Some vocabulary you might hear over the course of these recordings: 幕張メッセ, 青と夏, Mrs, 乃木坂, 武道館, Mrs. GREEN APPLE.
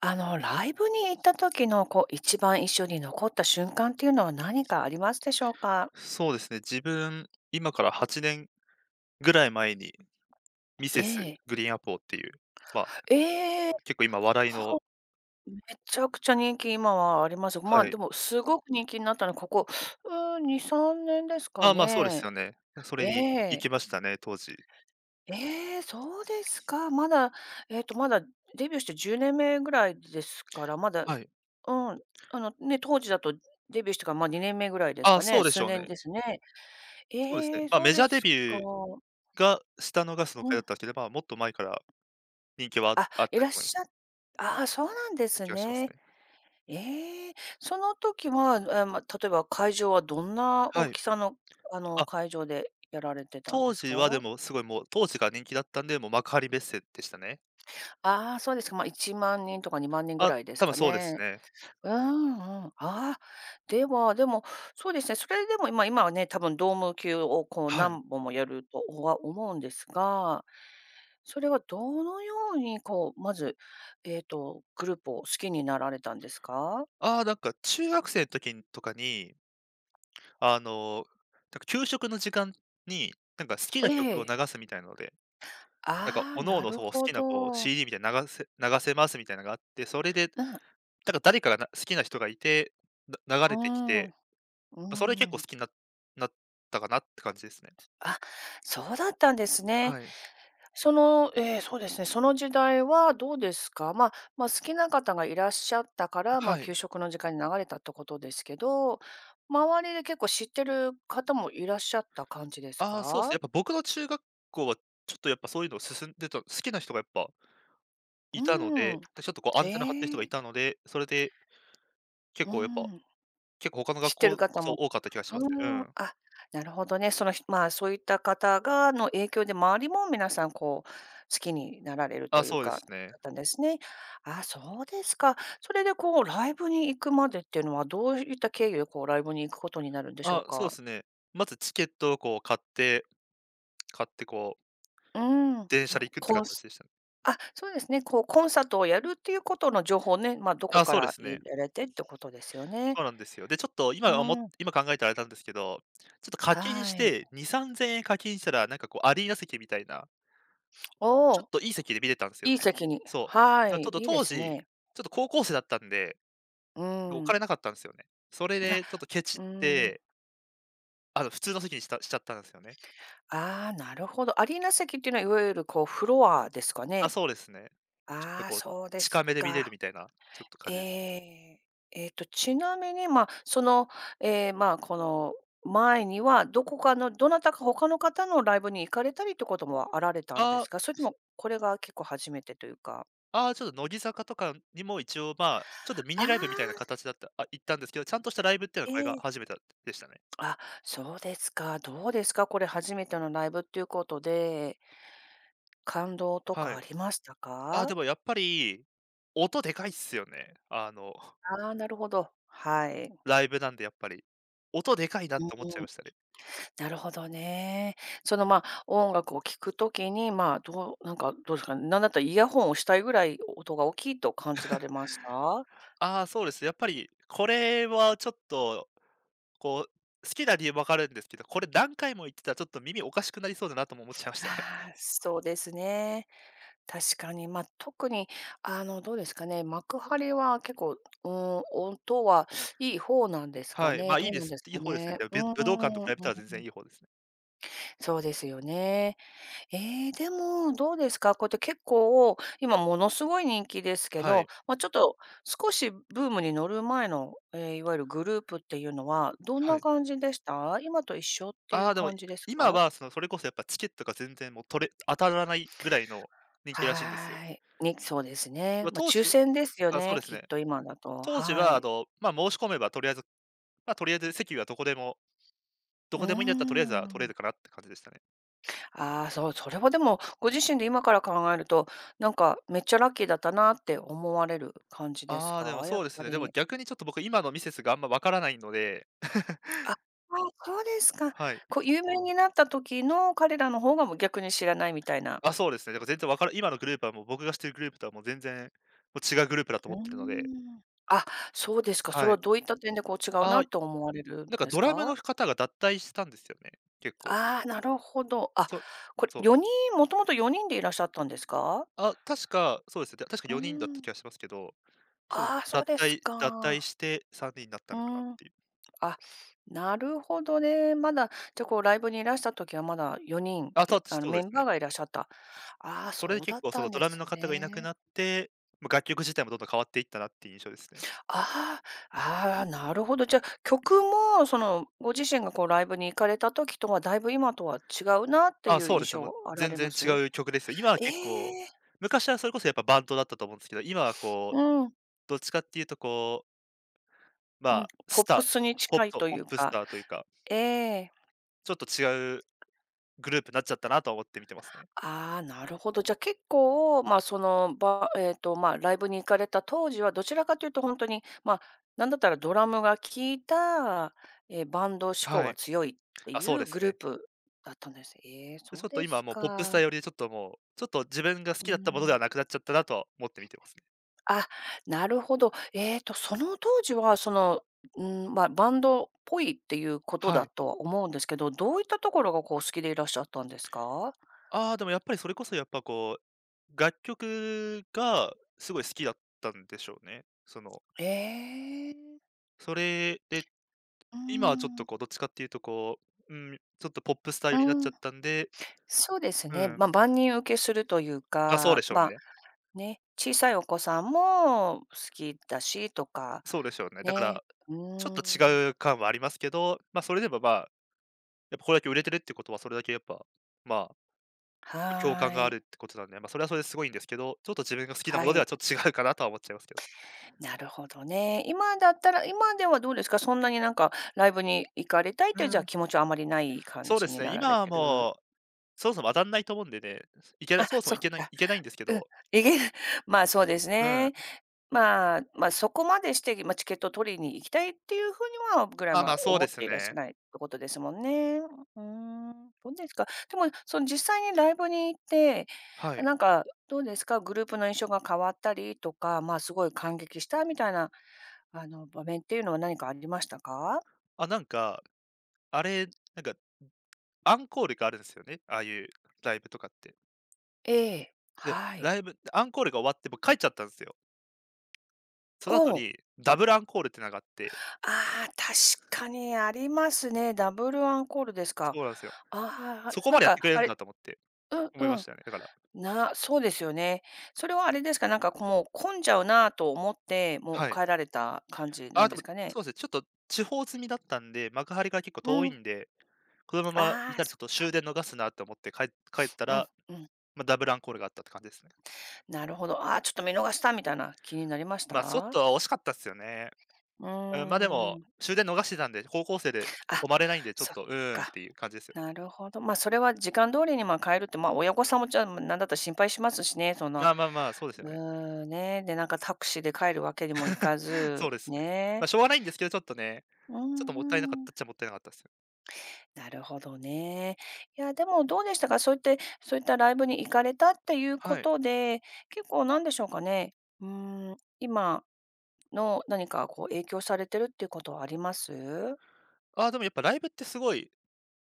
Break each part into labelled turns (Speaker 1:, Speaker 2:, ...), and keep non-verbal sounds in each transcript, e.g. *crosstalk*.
Speaker 1: ライブに行った時の、一番印象に残った瞬間っていうのは何かありますでしょうか？
Speaker 2: そうですね、自分、今から8年ぐらい前に、ミ
Speaker 1: え
Speaker 2: セス
Speaker 1: え。
Speaker 2: グリーンアポーっていう、まあ、
Speaker 1: ええ、
Speaker 2: 結構今話題の。
Speaker 1: はめちゃくちゃ人気、今はあります。まあ、
Speaker 2: はい。
Speaker 1: でもすごく人気になったのはここ、う2、3年ですか
Speaker 2: ああ、まあ、そうです
Speaker 1: ね。
Speaker 2: よね。それ
Speaker 1: え
Speaker 2: に行
Speaker 1: え。
Speaker 2: きましたね、当時。
Speaker 1: ええ、そうですか。まだ、えっと、まだデビューして10年目ぐらいですから、まだ
Speaker 2: はい。
Speaker 1: うん、あの、ね、当時だとデビューしてから、ま、2年目ぐらいです
Speaker 2: ああ、
Speaker 1: かね、
Speaker 2: そうでし
Speaker 1: 数
Speaker 2: ょう
Speaker 1: 年
Speaker 2: ね。
Speaker 1: ですね。
Speaker 2: そうですね。
Speaker 1: ええ、
Speaker 2: まあ、
Speaker 1: そう
Speaker 2: メジ
Speaker 1: で
Speaker 2: ャーデ
Speaker 1: すか。
Speaker 2: ビューがしたのがその
Speaker 1: う
Speaker 2: 回だっ
Speaker 1: ん。
Speaker 2: たわけで、まあ、もっと前から人気は
Speaker 1: あ、
Speaker 2: あっ
Speaker 1: い
Speaker 2: た
Speaker 1: ら
Speaker 2: と
Speaker 1: っ
Speaker 2: 思い
Speaker 1: し
Speaker 2: ま
Speaker 1: ゃ
Speaker 2: す。
Speaker 1: ああ、そうなんで
Speaker 2: って
Speaker 1: す
Speaker 2: 気がします
Speaker 1: ね。
Speaker 2: ね。
Speaker 1: ええ、その時は、ま、例えば会場はどんな
Speaker 2: は
Speaker 1: 大
Speaker 2: い。
Speaker 1: きさの、あの、
Speaker 2: あ、
Speaker 1: 会場でやられてたんで
Speaker 2: 当
Speaker 1: す
Speaker 2: 時はで
Speaker 1: か？
Speaker 2: もすごいもう、当時が人気だったんで、もう幕張メッセでしたね。
Speaker 1: ああ、そうですか。ま、1万人とか2万人ぐ
Speaker 2: あ、
Speaker 1: らいです
Speaker 2: 多分
Speaker 1: か
Speaker 2: そうです
Speaker 1: ね。
Speaker 2: ね。
Speaker 1: うんうん。ああ、では、でも、そうですね、それでも今はね、多分ドーム級をこう
Speaker 2: はい。
Speaker 1: 何本もやるとは思うんですが、それはどのようにこう、まず、グループを好きになられたんですか？
Speaker 2: ああ、なんか中学生の時とかにあの、なんか給食の時間に、なんか好きな曲
Speaker 1: え
Speaker 2: を
Speaker 1: え。
Speaker 2: 流すみたいなので、なんか
Speaker 1: ああ、
Speaker 2: 各
Speaker 1: な
Speaker 2: 々
Speaker 1: る
Speaker 2: そう好
Speaker 1: ほ
Speaker 2: きなこう
Speaker 1: ど。
Speaker 2: CD みたいな流せますみたいなのがあって、それで、
Speaker 1: うん。
Speaker 2: なんか誰かがな好きな人がいて、な流
Speaker 1: う
Speaker 2: れてき
Speaker 1: ん、
Speaker 2: て、
Speaker 1: う
Speaker 2: ま、それ結
Speaker 1: ん。
Speaker 2: 構好きななったかなって感じですね。
Speaker 1: あ、そうだったんですね。
Speaker 2: はい。
Speaker 1: その、そうですね、その時代はどうですか？まあ、まあ、好きな方がいらっしゃったから、ま
Speaker 2: は
Speaker 1: あ、
Speaker 2: い。
Speaker 1: 給食の時間に流れたってことですけど、周りで結構知ってる方もいらっしゃった感じです
Speaker 2: ああ、そうすね、や
Speaker 1: か？
Speaker 2: っぱ僕の中学校はちょっとやっぱそういうの進んでた好きな人がやっぱいたの
Speaker 1: う
Speaker 2: で、
Speaker 1: ん、
Speaker 2: で、ちょっとこうアンテナ張ってる人が
Speaker 1: へ
Speaker 2: い
Speaker 1: え、
Speaker 2: たので、それで結
Speaker 1: う
Speaker 2: 構やっぱ、
Speaker 1: ん、
Speaker 2: 結構他の
Speaker 1: 知
Speaker 2: 学
Speaker 1: ってる
Speaker 2: 校
Speaker 1: 方
Speaker 2: そう、
Speaker 1: も
Speaker 2: 多かった気がしますね。うん。
Speaker 1: あ、なるほどね。その、まあ、そういった方がの影響で、周りも皆さんこう、好きになられると
Speaker 2: あ、
Speaker 1: いう
Speaker 2: そうで
Speaker 1: か、
Speaker 2: すね。
Speaker 1: だったんですね。あ、そうですか。それでこう、ライブに行くまでっていうのは、どういった経由でこう、ライブに行くことになるんでしょう
Speaker 2: あ、そうで
Speaker 1: か？
Speaker 2: すね。まずチケットをこう買ってこう、
Speaker 1: うーん、
Speaker 2: 電車で行くって
Speaker 1: コン
Speaker 2: 形
Speaker 1: ス
Speaker 2: でしたね。
Speaker 1: あ、そうですね。こう、コンサートをやるっていうことの情報ね、まあ、どこ
Speaker 2: あ、
Speaker 1: か
Speaker 2: そうで
Speaker 1: ら
Speaker 2: す
Speaker 1: 入
Speaker 2: ね。
Speaker 1: れられてってことですよね。
Speaker 2: そうなんですよ。で、ちょっと
Speaker 1: う
Speaker 2: 今おも
Speaker 1: ーん、
Speaker 2: 今考えたらあれなんですけど、ちょっと課金し
Speaker 1: はい。
Speaker 2: て2、3000円課金したら、なんかこうアリーナ席みたいな、
Speaker 1: お
Speaker 2: ちょっ
Speaker 1: お、
Speaker 2: といい席で見れたんですよ
Speaker 1: いい
Speaker 2: ね。
Speaker 1: 席に、
Speaker 2: そう。
Speaker 1: は
Speaker 2: だから
Speaker 1: い、
Speaker 2: ちょっと
Speaker 1: いいで
Speaker 2: 当
Speaker 1: す
Speaker 2: 時、
Speaker 1: ね。
Speaker 2: ちょっと高校生だったんで、
Speaker 1: う
Speaker 2: お
Speaker 1: ーん。
Speaker 2: 金なかったんですよね。それ
Speaker 1: あ、
Speaker 2: でちょっとケチっ
Speaker 1: うーん。
Speaker 2: て、あの普通の席にしちゃったんですよね。
Speaker 1: ああ、なるほど。アリーナ席っていうのは、いわゆるこうフロアですか
Speaker 2: あ、
Speaker 1: ね？
Speaker 2: そうですね。ちょっと
Speaker 1: ああ、
Speaker 2: こう、
Speaker 1: そうです
Speaker 2: 近めで見れる
Speaker 1: か。
Speaker 2: みたいな、ちょっと
Speaker 1: え
Speaker 2: 感じですね。
Speaker 1: え。ちなみに、その、この前には、どこかのどなたか他の方のライブに行かれたりってこともあられたんで
Speaker 2: あ
Speaker 1: すか？それとも、これが結構初めてというか。
Speaker 2: ああ、ちょっと乃木坂とかにも一応、まあ、ちょっとミ
Speaker 1: あ
Speaker 2: ニライブみたいな
Speaker 1: あ、
Speaker 2: 形だった、あ、行ったんですけど、ちゃんとしたライブっていうのは
Speaker 1: え
Speaker 2: これが
Speaker 1: え。
Speaker 2: 初めてでしたね。
Speaker 1: あ、そうですか。どうですか？これ初めてのライブっていうことで、感動と
Speaker 2: は
Speaker 1: か
Speaker 2: い。
Speaker 1: ありました
Speaker 2: あ、
Speaker 1: か？
Speaker 2: でもやっぱり、音でかいっすよね。*laughs*
Speaker 1: ああー、なるほど。はい。
Speaker 2: ライブなんでやっぱり。音でかいなっ
Speaker 1: う
Speaker 2: て思っちゃいま
Speaker 1: ん、
Speaker 2: したね。
Speaker 1: なるほどね。その、ま、音楽を聴くときに、ま、どうなんかどうですかね、なんだったらイヤホンをしたいぐらい音が大きいと感じられました？あ
Speaker 2: ああ、そうです。やっぱり、これはちょっと、こう、好きな理由わかるんですけど、これ何回も言ってたらちょっと耳おかしくなりそうだなとも思っちゃいましたね。*laughs*
Speaker 1: ー、そうですね。確かに、まあ、特にあの、どうですかね、幕張は結構、うん、音はいい方なんですか
Speaker 2: はい。ま
Speaker 1: ね？
Speaker 2: あ、いい
Speaker 1: どう
Speaker 2: で
Speaker 1: なん
Speaker 2: す。
Speaker 1: です
Speaker 2: いい
Speaker 1: か
Speaker 2: 方ですね。
Speaker 1: ね？
Speaker 2: でも、
Speaker 1: う
Speaker 2: 武道館と
Speaker 1: ん、
Speaker 2: 比
Speaker 1: う
Speaker 2: べたら全
Speaker 1: ん、
Speaker 2: 然いい方ですね。
Speaker 1: そうですよね。ええ、でも、どうですか？こうやって結構、今ものすごい人気ですけ
Speaker 2: は
Speaker 1: ど、
Speaker 2: い。
Speaker 1: まあ、ちょっと少しブームに乗る前の、いわゆるグループっていうのは、どん
Speaker 2: は
Speaker 1: な
Speaker 2: い。
Speaker 1: 感じでした？今と一緒ってい
Speaker 2: あ
Speaker 1: う
Speaker 2: あ、でも、い
Speaker 1: 感じです
Speaker 2: 今
Speaker 1: か？
Speaker 2: はその、それこそやっぱチケットが全然もう取れ当たらないぐらいの人気らしいんですよ。
Speaker 1: はーい。そうですね。
Speaker 2: ま、
Speaker 1: まあ、
Speaker 2: 当
Speaker 1: 抽
Speaker 2: 時、
Speaker 1: 選ですよ
Speaker 2: あ、そう
Speaker 1: ね、
Speaker 2: です
Speaker 1: きっ
Speaker 2: ね。
Speaker 1: と今だと。
Speaker 2: 当時
Speaker 1: は
Speaker 2: はあ
Speaker 1: い。
Speaker 2: の、ま、申し込めばとりあえず、ま、とりあえず席はどこでもど
Speaker 1: うー
Speaker 2: こでもいいんだったらとりあえずは取れる
Speaker 1: ん。
Speaker 2: かなって感じでしたね。
Speaker 1: ああ、そう、それはでも、ご自身で今から考えると、なんかめっちゃラッキーだったなって思われる感じです
Speaker 2: ああ、でも
Speaker 1: か？や
Speaker 2: そ
Speaker 1: っ
Speaker 2: うです
Speaker 1: ぱ
Speaker 2: ね。でも
Speaker 1: り。
Speaker 2: 逆にちょっと僕今のミセスがあんま分からないので、*laughs*
Speaker 1: あ、あ、そうですか。
Speaker 2: はい。
Speaker 1: こう、有名になった時の彼らの方が、もう逆に知らないみたいな。
Speaker 2: あ、そうですね。だから全然わから今のグループはもう僕がしてるグループとはもう全然、もう違うグループだと
Speaker 1: う
Speaker 2: 思
Speaker 1: ー
Speaker 2: ってるので、
Speaker 1: ん。あ、そうですか。そ
Speaker 2: は
Speaker 1: れは
Speaker 2: い。
Speaker 1: どういった点で、こう、違う
Speaker 2: ああ、
Speaker 1: なと思われるん
Speaker 2: なんか
Speaker 1: です
Speaker 2: ドラムの
Speaker 1: か？
Speaker 2: 方が脱退したんですよね、結構。
Speaker 1: ああ、なるほど。あ、
Speaker 2: そ
Speaker 1: これ
Speaker 2: そう。
Speaker 1: 4人もともと4人でいらっしゃったんですか？
Speaker 2: あ、確か、そうですね。た確か
Speaker 1: うー
Speaker 2: 4人だった気
Speaker 1: ん。
Speaker 2: がしますけど、それ
Speaker 1: ああ、そう
Speaker 2: 脱
Speaker 1: です
Speaker 2: 退脱退
Speaker 1: か。
Speaker 2: して3人にんになった
Speaker 1: う
Speaker 2: のかなっ
Speaker 1: ーん。
Speaker 2: ていう。
Speaker 1: あ、なるほどね。まだ、じゃ、こう、ライブにいらした時はまだ4人、
Speaker 2: あ、そう
Speaker 1: あの、
Speaker 2: そうで
Speaker 1: メ
Speaker 2: す
Speaker 1: ンバ
Speaker 2: ね。
Speaker 1: ーがいらっしゃった。ああ、
Speaker 2: それで
Speaker 1: そうだ
Speaker 2: 結
Speaker 1: っ
Speaker 2: 構そ
Speaker 1: た
Speaker 2: の
Speaker 1: ん
Speaker 2: ド
Speaker 1: で
Speaker 2: ラム
Speaker 1: す
Speaker 2: の方がいなく
Speaker 1: ね。
Speaker 2: なって、ま、楽曲自体もどんどん変わっていったなっていう印象ですね。
Speaker 1: ああ、ああ、なるほど。じゃあ、曲もその、ご自身がこうライブに行かれた時とは、だいぶ今とは違うなって
Speaker 2: あ、
Speaker 1: いう
Speaker 2: そうで
Speaker 1: 印
Speaker 2: すね、もう
Speaker 1: 象あら
Speaker 2: 全
Speaker 1: れ
Speaker 2: 然
Speaker 1: ま
Speaker 2: 違
Speaker 1: す？
Speaker 2: う曲ですよ。今は結構、
Speaker 1: ええ。
Speaker 2: 昔はそれこそやっぱバンドだったと思うんですけど、今はこう、
Speaker 1: うん、
Speaker 2: どっちかっていうとこう、ま
Speaker 1: うん、
Speaker 2: あ、
Speaker 1: ポ
Speaker 2: ス
Speaker 1: ップ
Speaker 2: タ
Speaker 1: スに
Speaker 2: ー、ホッ
Speaker 1: 近い
Speaker 2: プ
Speaker 1: と
Speaker 2: ホ
Speaker 1: い
Speaker 2: ッ
Speaker 1: う
Speaker 2: プス
Speaker 1: か、
Speaker 2: ターというか、
Speaker 1: ええ。
Speaker 2: ちょっと違うグループなっちゃったなとは思って見てますね。
Speaker 1: ああ、なるほど。じゃ、結構、ま、その、ま、ライブに行かれた当時は、どちらかというと本当に、まあ、なんだったらドラムが効いた、バンド志向
Speaker 2: は
Speaker 1: が
Speaker 2: い。
Speaker 1: 強いって
Speaker 2: あ、
Speaker 1: い
Speaker 2: そうで
Speaker 1: う
Speaker 2: す
Speaker 1: グルー
Speaker 2: ね。
Speaker 1: プだったんです。ええ、
Speaker 2: で、
Speaker 1: そ
Speaker 2: ち
Speaker 1: う
Speaker 2: ょっと
Speaker 1: で
Speaker 2: 今は
Speaker 1: す
Speaker 2: もうポップスター
Speaker 1: か。
Speaker 2: 寄りでちょっともう、ちょっと自分が好き
Speaker 1: う
Speaker 2: だったものでは
Speaker 1: ん。
Speaker 2: なくなっちゃったなとは思って見てますね。
Speaker 1: あ、なるほど。ええと、その当時は、その、うん、まあ、バンドっぽいっていうこと
Speaker 2: は
Speaker 1: だ
Speaker 2: い。
Speaker 1: とは思うんですけど、どういったところが、こう、好きでいらっしゃったんですか？
Speaker 2: ああ、でもやっぱりそれこそやっぱこう、楽曲がすごい好きだったんでしょうね。その、
Speaker 1: ええ。
Speaker 2: それで、
Speaker 1: う
Speaker 2: 今はちょっと
Speaker 1: ん。
Speaker 2: こうどっちかっていうとこう、うん、ちょっとポップスター寄りになっち
Speaker 1: う
Speaker 2: ゃ
Speaker 1: ん、
Speaker 2: ったんで、
Speaker 1: そうです
Speaker 2: う
Speaker 1: ね。
Speaker 2: ん。
Speaker 1: まあ、万人受けするという
Speaker 2: ま、そうで
Speaker 1: か、
Speaker 2: しょう
Speaker 1: ま、
Speaker 2: ね。
Speaker 1: ね、小さいお子さんも好きだしとか、
Speaker 2: そうでしょうね。だから、
Speaker 1: ね、う
Speaker 2: ちょっと
Speaker 1: ん、
Speaker 2: 違う感はありますけど、ま、あそれでもまあ、やっぱこれだけ売れてるってことはそれだけやっぱ、まあ共
Speaker 1: は
Speaker 2: 感が
Speaker 1: ー
Speaker 2: あるっ
Speaker 1: い。
Speaker 2: てことなんで、まあ、それはそれですごいんですけど、ちょっと自分が好きなも
Speaker 1: は
Speaker 2: のでは
Speaker 1: い。
Speaker 2: ちょっと違うかなとは思っちゃいますけどね。
Speaker 1: なるほどね。今だったら今ではどうですか？そんなになんかライブに行かれたい
Speaker 2: う
Speaker 1: という、じゃあ、
Speaker 2: ん。
Speaker 1: 気持ちはあまりない感
Speaker 2: そうで
Speaker 1: じ
Speaker 2: す
Speaker 1: に
Speaker 2: ね、
Speaker 1: なら
Speaker 2: 今
Speaker 1: れ
Speaker 2: は
Speaker 1: てる。
Speaker 2: もう、そもそも当たんないと思うんでね、いけな
Speaker 1: あ、
Speaker 2: そもそも
Speaker 1: そっ
Speaker 2: いけない
Speaker 1: か。
Speaker 2: いけないんですけ
Speaker 1: うん。
Speaker 2: ど、
Speaker 1: いけ。*laughs* まあ、そうです
Speaker 2: うん。
Speaker 1: ね。まあ、ま、そこまでして、まあ、チケットを取りに行きたいっていう風にはぐらい、
Speaker 2: あ、
Speaker 1: ま、
Speaker 2: ま、そう
Speaker 1: 思
Speaker 2: で
Speaker 1: っ
Speaker 2: す
Speaker 1: ていらっしゃ
Speaker 2: ね。
Speaker 1: らないってことですもんね。うーん、どうですか？でも、その実際にライブに行って、
Speaker 2: はい。
Speaker 1: なんかどうですか？グループの印象が変わったりとか、まあ、すごい感激したみたいなあの、場面っていうのは何かありましたか？
Speaker 2: あ、なんか、あれ、なんかアンコールがあるんですよね、ああいうライブとかって。
Speaker 1: ええ。
Speaker 2: で、
Speaker 1: はい。
Speaker 2: ライブアンコールが終わって僕帰っちゃったんですよ。そ
Speaker 1: お
Speaker 2: の後
Speaker 1: お、
Speaker 2: にダブルアンコールってのがあって、
Speaker 1: ああ、確かにありますね。ダブルアンコールですか。
Speaker 2: そうなんですよ。
Speaker 1: ああ、
Speaker 2: そこ
Speaker 1: な
Speaker 2: ま
Speaker 1: ん
Speaker 2: でやっ
Speaker 1: か
Speaker 2: てくれ
Speaker 1: あ
Speaker 2: るん
Speaker 1: れ
Speaker 2: だと思って、
Speaker 1: うん
Speaker 2: 思い
Speaker 1: う
Speaker 2: まし
Speaker 1: ん。
Speaker 2: たよね、だから。
Speaker 1: そうですよね。それはあれですか、なんかこうもう混んじゃうなと思って、もう
Speaker 2: はい。
Speaker 1: 帰られた感じな
Speaker 2: あ、
Speaker 1: ん
Speaker 2: で
Speaker 1: で
Speaker 2: も、
Speaker 1: すかね？
Speaker 2: そうですね、ちょっと地方住みだったんで、幕張から結構
Speaker 1: う
Speaker 2: 遠い
Speaker 1: ん、
Speaker 2: んで、このままい
Speaker 1: ああ、
Speaker 2: たらちょっ
Speaker 1: そっ
Speaker 2: と終
Speaker 1: か。
Speaker 2: 電逃すなって思って帰った
Speaker 1: うん
Speaker 2: ら、
Speaker 1: うん。
Speaker 2: まあ、ダブルアンコールがあったって感じですね。
Speaker 1: なるほど。ああ、ちょっと見逃したみたいな気になりまし
Speaker 2: まあ、ちょっ
Speaker 1: た？
Speaker 2: と惜しかったっすよね。
Speaker 1: う
Speaker 2: うん、ま、で
Speaker 1: ー
Speaker 2: も、
Speaker 1: ん。
Speaker 2: 終電逃してたんで、高校生で
Speaker 1: あ、
Speaker 2: 泊まれないんで、ちょっ
Speaker 1: そっ
Speaker 2: と、うーんっ
Speaker 1: か。
Speaker 2: ていう感じですよ。
Speaker 1: なるほど。ま、あそれは時間通りに、ま、帰るって、まあ、親御さんも、じゃあ、なんだったら心配しますしね、そんな、
Speaker 2: まあまあまあ、そうですよ
Speaker 1: う
Speaker 2: ね。
Speaker 1: ーん、ね、で、なんかタクシーで帰るわけにもいか
Speaker 2: *laughs*
Speaker 1: ず、
Speaker 2: そうですね。まあ、
Speaker 1: ね。
Speaker 2: しょうがないんですけど、ちょっとね、
Speaker 1: う
Speaker 2: ちょっともったいなかっ
Speaker 1: んう
Speaker 2: た
Speaker 1: ん。
Speaker 2: っちゃもったいなかったっすよ。
Speaker 1: なるほどね。いや、でもどうでしたか？そういってそういったライブに行かれたっていうこ
Speaker 2: はい。
Speaker 1: とで、結構なんでしょうかね、うーん、今の何かこう影響されてるっていうことはあります？
Speaker 2: ああ、でもやっぱライブってすごい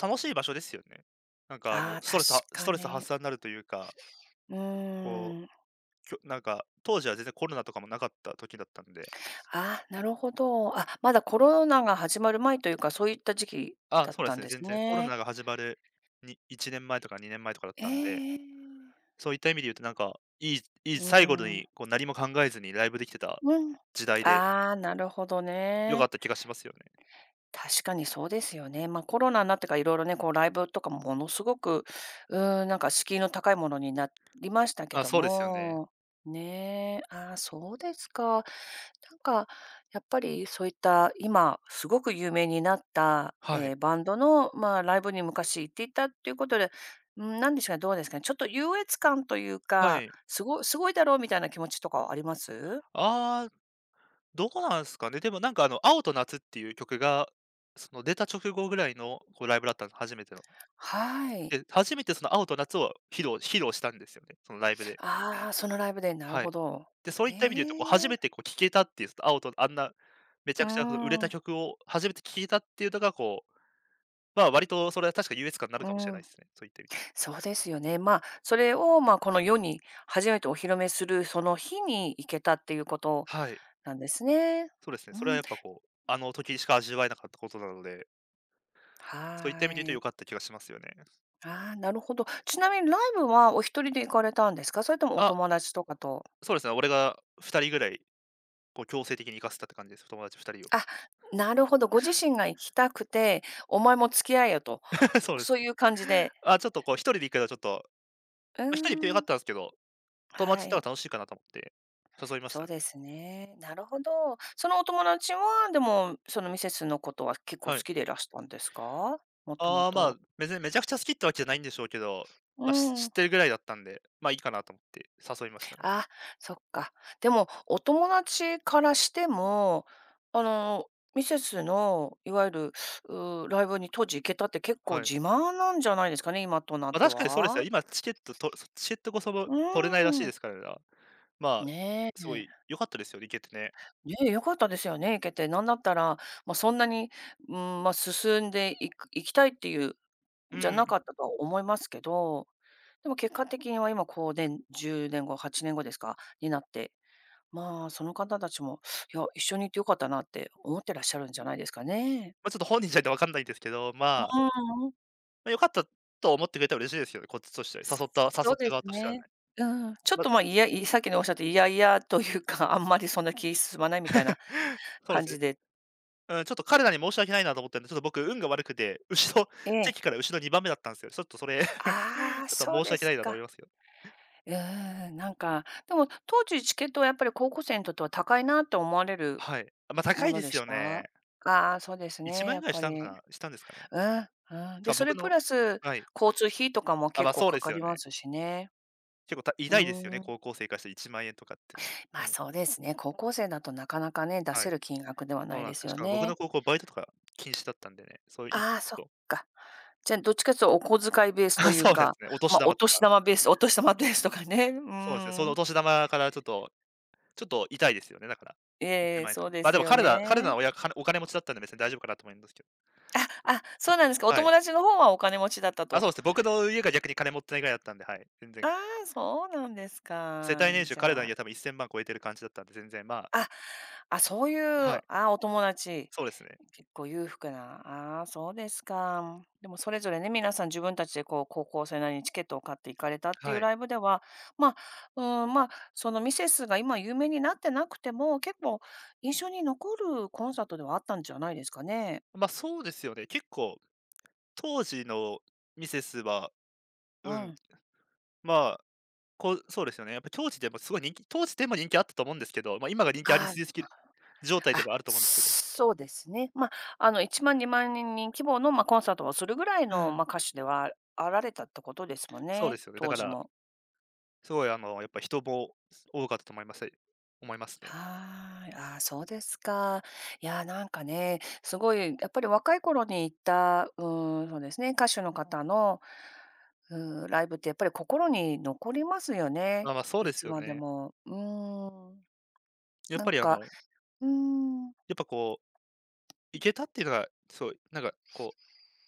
Speaker 2: 楽しい場所ですよね。
Speaker 1: ああ
Speaker 2: ストレス
Speaker 1: ー、
Speaker 2: は
Speaker 1: 確
Speaker 2: ス
Speaker 1: か
Speaker 2: トレス発
Speaker 1: に。
Speaker 2: 散になるというか、
Speaker 1: う
Speaker 2: こ
Speaker 1: ーん。
Speaker 2: うきょなんか、当時は全然コロナとかもなかった時だったんで、
Speaker 1: あ、なるほど。あ、まだコロナが始まる前というか、そういった時期
Speaker 2: あ、
Speaker 1: だっ
Speaker 2: そうで
Speaker 1: たん
Speaker 2: すね、
Speaker 1: で
Speaker 2: 全
Speaker 1: す
Speaker 2: 然コロ
Speaker 1: ね。
Speaker 2: ナが始まるに1年前とか2年前とかだったんで、
Speaker 1: ええ、
Speaker 2: そういった意味で言うとなんか、いいいい
Speaker 1: う
Speaker 2: 最後
Speaker 1: ん。
Speaker 2: にこう何も考えずにライブできてた
Speaker 1: うん。
Speaker 2: 時代で、
Speaker 1: ああ、なるほど
Speaker 2: 良かっ
Speaker 1: ね。
Speaker 2: た気がしますよね。
Speaker 1: 確かにそうですよね。まあ、コロナになってからいろいろね、こうライブとかもものすごく、うーん、なんか敷居の高いものになりましたけ
Speaker 2: あ、
Speaker 1: ど
Speaker 2: そうですよね。
Speaker 1: も、ねえ、ああ、そうですか。なんかやっぱりそういった今すごく有名になった、
Speaker 2: はい。
Speaker 1: バンドの、まあ、ライブに昔行っていたっていうことで、うん、なんでしょうか、どうですかね、ちょっと優越感という
Speaker 2: は
Speaker 1: か、
Speaker 2: い。
Speaker 1: すごいすごいだろうみたいな気持ちとかはあります？
Speaker 2: ああ、どうなんすかね。でもなんかあの、青と夏っていう曲が、その出た直後ぐらいのこうライブだったんです初めての。
Speaker 1: はい。
Speaker 2: で、初めてその青と夏を披露したんですよね、そのライブで。
Speaker 1: ああ、そのライブで、なる
Speaker 2: はい。
Speaker 1: ほど。
Speaker 2: で、そうい
Speaker 1: へ
Speaker 2: った意味で言うと、こう初
Speaker 1: え。
Speaker 2: めてこう聴けたっていう、あんなめち
Speaker 1: う
Speaker 2: ゃ
Speaker 1: ー
Speaker 2: くちゃその売れた
Speaker 1: ん、
Speaker 2: 曲を初めて聴けたっていうのがこう、ま、割とそれは確か優越感になる
Speaker 1: う
Speaker 2: かもしれない
Speaker 1: ん、
Speaker 2: ですね。そういった意味で言う。
Speaker 1: そうですよね。まあ、それを、まあ、この世に初めてお披露目するその日に行けたっていうこと
Speaker 2: はい、
Speaker 1: なんですね。
Speaker 2: そうですね。
Speaker 1: う
Speaker 2: それは
Speaker 1: ん、
Speaker 2: やっぱこう、あの時しか味わえなかったことなので、そういった
Speaker 1: は
Speaker 2: 意味で言うと
Speaker 1: ー
Speaker 2: 良
Speaker 1: い。
Speaker 2: かった気がしますよね。
Speaker 1: ああ、なるほど。ちなみにライブはお一人で行かれたんですか？それともお
Speaker 2: あ、
Speaker 1: 友達とかと。
Speaker 2: そうですね、俺が2人ぐらい、こう強制的に行かせたって感じです。友達2人を。
Speaker 1: あ、なるほど、ご自身が行きたくて、お前も付き合えよと、
Speaker 2: *laughs* そうです。
Speaker 1: そういう感じで。
Speaker 2: あ、ちょっとこう1人で行くのはちょっと、
Speaker 1: う
Speaker 2: ま、1人で行っても良か
Speaker 1: ー
Speaker 2: っ
Speaker 1: ん、
Speaker 2: たんですけど、友
Speaker 1: は
Speaker 2: 達行った方
Speaker 1: い。
Speaker 2: が楽しいかなと思って、誘いまし
Speaker 1: そ
Speaker 2: た
Speaker 1: う
Speaker 2: ね。
Speaker 1: ですね。なるほど。そのお友達は、でも、そのミセスのことは結構好
Speaker 2: はい。
Speaker 1: きでいらしたんですか？もとも
Speaker 2: ああ、まあ、
Speaker 1: と。
Speaker 2: 別にめちゃくちゃ好きってわけじゃないんでしょうけど、
Speaker 1: う
Speaker 2: まあ、知っ
Speaker 1: ん。
Speaker 2: てるぐらいだったんで、ま、あいいかなと思って誘いましたね。
Speaker 1: あ、そっか。でも、お友達からしても、あの、ミセスのいわゆる、ライブに当時行けたって結構
Speaker 2: はい。
Speaker 1: 自慢なんじゃないですかね、今となっ
Speaker 2: ま、
Speaker 1: て
Speaker 2: 確かにそうですよ。
Speaker 1: は。
Speaker 2: 今チケットこそも
Speaker 1: う
Speaker 2: 取れないらしいで
Speaker 1: ん。
Speaker 2: すからね。まあ、
Speaker 1: ね
Speaker 2: すご
Speaker 1: え。
Speaker 2: い良かったですよね、行けてね。
Speaker 1: ねえ、よかったですよね、行けて。なんだったら、まあ、そんなに、うん、まあ、進んでいく行きたいっていう
Speaker 2: う
Speaker 1: じゃな
Speaker 2: ん。
Speaker 1: かったとは思いますけど、でも結果的には今こうね、10年後、8年後ですか、になって、まあ、その方たちも、いや、一緒にいてよかったなって思ってらっしゃるんじゃないですかね。
Speaker 2: ま、ちょっと本人じゃないとわかんないんですけど、
Speaker 1: う
Speaker 2: まあ、
Speaker 1: ーん。
Speaker 2: まあ、良かったと思ってくれたら嬉しいですよね、こっちとしては。誘った
Speaker 1: そ
Speaker 2: 誘
Speaker 1: う
Speaker 2: った
Speaker 1: で
Speaker 2: 側
Speaker 1: す
Speaker 2: としてはね。
Speaker 1: ね。うん、ちょっ
Speaker 2: まあ、
Speaker 1: と、まあ、いやいさっきのおっしゃって、いやいやというか、あんまりそんな気進まないみたいな
Speaker 2: *laughs* そうで
Speaker 1: 感
Speaker 2: すね。
Speaker 1: じで
Speaker 2: うん、ちょっと彼らに申し訳ないなと思ったんで、ちょっと僕運が悪くて、後ろ
Speaker 1: ええ。
Speaker 2: 席から後ろ2番目だったんですよ。ちょっとそれ、*laughs* ちょ
Speaker 1: あ
Speaker 2: っ
Speaker 1: あ、
Speaker 2: と
Speaker 1: そう
Speaker 2: 申し
Speaker 1: で
Speaker 2: 訳
Speaker 1: す
Speaker 2: ないなと思い
Speaker 1: か。
Speaker 2: ますよ。
Speaker 1: うーん、なんか、でも当時チケットはやっぱり高校生にとっては高いなって思われる
Speaker 2: はい。あ、ま、高
Speaker 1: も
Speaker 2: い
Speaker 1: の
Speaker 2: で
Speaker 1: で
Speaker 2: す
Speaker 1: し
Speaker 2: よね。
Speaker 1: た？ああ、そうです
Speaker 2: 1
Speaker 1: ね、
Speaker 2: 万
Speaker 1: や
Speaker 2: 円
Speaker 1: っ
Speaker 2: ぐらい
Speaker 1: ぱり。う
Speaker 2: したんですかね。
Speaker 1: ん、うん。
Speaker 2: し
Speaker 1: で、
Speaker 2: かも
Speaker 1: そ
Speaker 2: 僕
Speaker 1: れプ
Speaker 2: の。
Speaker 1: ラス、
Speaker 2: はい。
Speaker 1: 交通費とかも
Speaker 2: あ、
Speaker 1: 結
Speaker 2: ま、
Speaker 1: 構
Speaker 2: そう
Speaker 1: か
Speaker 2: です
Speaker 1: か
Speaker 2: よ
Speaker 1: りま
Speaker 2: ね。
Speaker 1: すしね。
Speaker 2: 結構偉
Speaker 1: う
Speaker 2: 大ですよね、
Speaker 1: ーん。
Speaker 2: 高校生からして1万円とかってね。
Speaker 1: ま
Speaker 2: う
Speaker 1: あ、
Speaker 2: ん、
Speaker 1: そうですね、高校生だとなかなかね、出
Speaker 2: は
Speaker 1: せ
Speaker 2: い。
Speaker 1: る金額では
Speaker 2: そ
Speaker 1: な
Speaker 2: う
Speaker 1: い
Speaker 2: な
Speaker 1: で
Speaker 2: んす
Speaker 1: す
Speaker 2: よ。し
Speaker 1: よ
Speaker 2: かも僕の
Speaker 1: ね。
Speaker 2: 高校バイトとか禁止だったんでね、そういうち
Speaker 1: ああ、
Speaker 2: ょっ
Speaker 1: そっ
Speaker 2: と。
Speaker 1: か。じゃ、どっちかっいうとお小遣いベー
Speaker 2: あ、
Speaker 1: スと
Speaker 2: *laughs*
Speaker 1: いう
Speaker 2: そうです
Speaker 1: か、
Speaker 2: ね、お年
Speaker 1: ま、お
Speaker 2: 玉と
Speaker 1: 年
Speaker 2: か。
Speaker 1: 玉ベースお年玉ベースとかね、う
Speaker 2: そうですね、
Speaker 1: ー
Speaker 2: そのお
Speaker 1: ん。
Speaker 2: 年玉からちょっと痛いですよね、だから。1
Speaker 1: ええ、
Speaker 2: 万円と
Speaker 1: そう
Speaker 2: か。
Speaker 1: で
Speaker 2: ま、
Speaker 1: す
Speaker 2: でも
Speaker 1: よ
Speaker 2: 彼ら彼ら
Speaker 1: ね。
Speaker 2: の親、かお金持ちだったんで別に大丈夫かなと思うんですけど。
Speaker 1: あ、あ、そうなんですか。お
Speaker 2: はい。
Speaker 1: 友達の方はお金持ちだった
Speaker 2: あ、そ
Speaker 1: と。
Speaker 2: うですね、僕の家が逆に金持ってないぐらいだったんで、はい、全然。
Speaker 1: ああ、そうなんです
Speaker 2: 世
Speaker 1: か。
Speaker 2: 帯年収、
Speaker 1: じ
Speaker 2: 彼らの
Speaker 1: ゃ
Speaker 2: 家
Speaker 1: あ
Speaker 2: 多分1000万超えてる感じだったんで、全然まあ。
Speaker 1: あ、あ、そうい
Speaker 2: は
Speaker 1: う、
Speaker 2: い、
Speaker 1: あ、お友達。
Speaker 2: そうですね。
Speaker 1: 結構裕福な、ああ、そうですか。でもそれぞれね、皆さん自分たちでこう、高校生なりにチケットを買って行かれたってい
Speaker 2: は
Speaker 1: う
Speaker 2: い。
Speaker 1: ライブでは、まあ、うん、まあ、そのミセスが今有名になってなくても、結構印象に残るコンサートではあったんじゃないですかね。
Speaker 2: ま、そうですよね。結構当時のミセスは、
Speaker 1: う
Speaker 2: うん、
Speaker 1: ん。
Speaker 2: まあ、こう、そうですよね。やっぱ当時でもすごい人気、当時でも人気あったと思うんですけど、ま、今が人気あり
Speaker 1: ああ、
Speaker 2: すぎすぎ
Speaker 1: ま、
Speaker 2: る状態で
Speaker 1: あ、
Speaker 2: もあると思うんですけど。
Speaker 1: そうですね。まあ、1万、2万人規模の、まあ、コンサートをするぐらい
Speaker 2: う
Speaker 1: の、ま
Speaker 2: ん、
Speaker 1: あ、歌手ではあられたってことですもん
Speaker 2: そうで
Speaker 1: ね、
Speaker 2: すよね。だ
Speaker 1: 当
Speaker 2: か
Speaker 1: 時
Speaker 2: ら、
Speaker 1: も。
Speaker 2: すごいあの、やっぱ人も多かったと思います。思いますね。
Speaker 1: はーい。あーそうですか。いやー、なんかね、すごいやっぱり若い頃に行った、うーん、そうですね、歌手の方の、うーん、ライブってやっぱり心に残りますよね。
Speaker 2: あ、ま、そう
Speaker 1: い
Speaker 2: です
Speaker 1: つ
Speaker 2: よ
Speaker 1: まで
Speaker 2: ね。
Speaker 1: も。うーん。
Speaker 2: やっ
Speaker 1: な
Speaker 2: ぱ
Speaker 1: ん
Speaker 2: りあ
Speaker 1: か、
Speaker 2: の、
Speaker 1: うーん。
Speaker 2: やっぱこう、行けたっていうのが、そう、なんかこ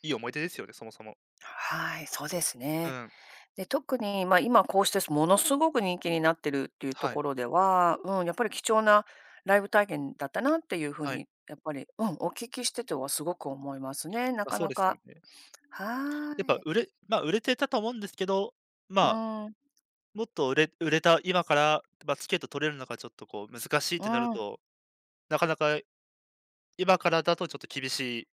Speaker 2: う、いい思い出ですよね、そもそも。
Speaker 1: はい、そうです
Speaker 2: う
Speaker 1: ね。
Speaker 2: ん、
Speaker 1: で、特に、まあ、今こうしてものすごく人気になってるっていうと
Speaker 2: はい、
Speaker 1: ころでは、うん、やっぱり貴重なライブ体験だったなっていうふう
Speaker 2: はい。
Speaker 1: に、やっぱり、うん、お聞きしててはすごく思いますね。な
Speaker 2: ま、
Speaker 1: か
Speaker 2: そう
Speaker 1: な
Speaker 2: ですよ
Speaker 1: か
Speaker 2: ね。
Speaker 1: は
Speaker 2: やっぱ
Speaker 1: ー
Speaker 2: 売
Speaker 1: い。
Speaker 2: れまあ、売れてたと思うんですけど、ま
Speaker 1: う
Speaker 2: あ、
Speaker 1: ん、
Speaker 2: もっと売れた今から、まあ、チケット取れるのがちょっとこう難しいっ
Speaker 1: う
Speaker 2: てなる
Speaker 1: ん、
Speaker 2: と、なかなか今からだとちょっと厳しい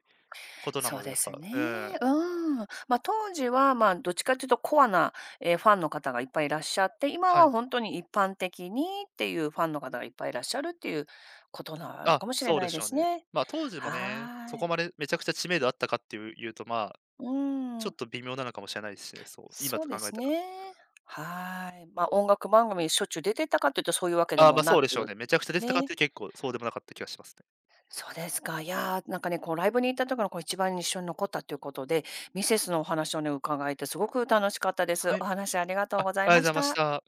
Speaker 2: ことな
Speaker 1: そ
Speaker 2: の
Speaker 1: う
Speaker 2: で、や
Speaker 1: で
Speaker 2: っ
Speaker 1: す
Speaker 2: ぱ、うん。
Speaker 1: ね。うん。まあ、当時は、まあ、どっちかというとコアな、ファンの方がいっぱいいらっしゃって、今
Speaker 2: は
Speaker 1: は
Speaker 2: い。
Speaker 1: 本当に一般的にっていうファンの方がいっぱいいらっしゃるっていうことなの
Speaker 2: あ、
Speaker 1: かもしれ
Speaker 2: そう
Speaker 1: な
Speaker 2: で
Speaker 1: い
Speaker 2: し
Speaker 1: で
Speaker 2: ょう
Speaker 1: す
Speaker 2: ね。
Speaker 1: ね。
Speaker 2: まあ、当時もね、
Speaker 1: は
Speaker 2: そ
Speaker 1: ー
Speaker 2: こま
Speaker 1: い。
Speaker 2: でめちゃくちゃ知名度あったかっていうと、まあ、
Speaker 1: う
Speaker 2: ちょっ
Speaker 1: ん、
Speaker 2: と微妙なのかもしれないですしね、そう、今
Speaker 1: そう
Speaker 2: と
Speaker 1: で
Speaker 2: 考え
Speaker 1: す
Speaker 2: たら。
Speaker 1: ね。はーい。まあ、音楽番組しょっちゅう出てたかというとそういうわけ
Speaker 2: あ
Speaker 1: で
Speaker 2: まあ、
Speaker 1: も
Speaker 2: まそ
Speaker 1: な
Speaker 2: うでしょう
Speaker 1: く、
Speaker 2: ね。めちゃくちゃ出てたかっ
Speaker 1: ね。
Speaker 2: て結構そうでもなかった気がしますね。
Speaker 1: そうですか。いやー、なんかね、こうライブに行った時のこう一番印象に残ったということで、ミセスのお話をね、伺えてすごく楽しかったです。
Speaker 2: はい。
Speaker 1: お話ありがとう
Speaker 2: あ、
Speaker 1: ござい
Speaker 2: ありがとうご
Speaker 1: ま
Speaker 2: ざ
Speaker 1: し
Speaker 2: いまし
Speaker 1: た。
Speaker 2: た。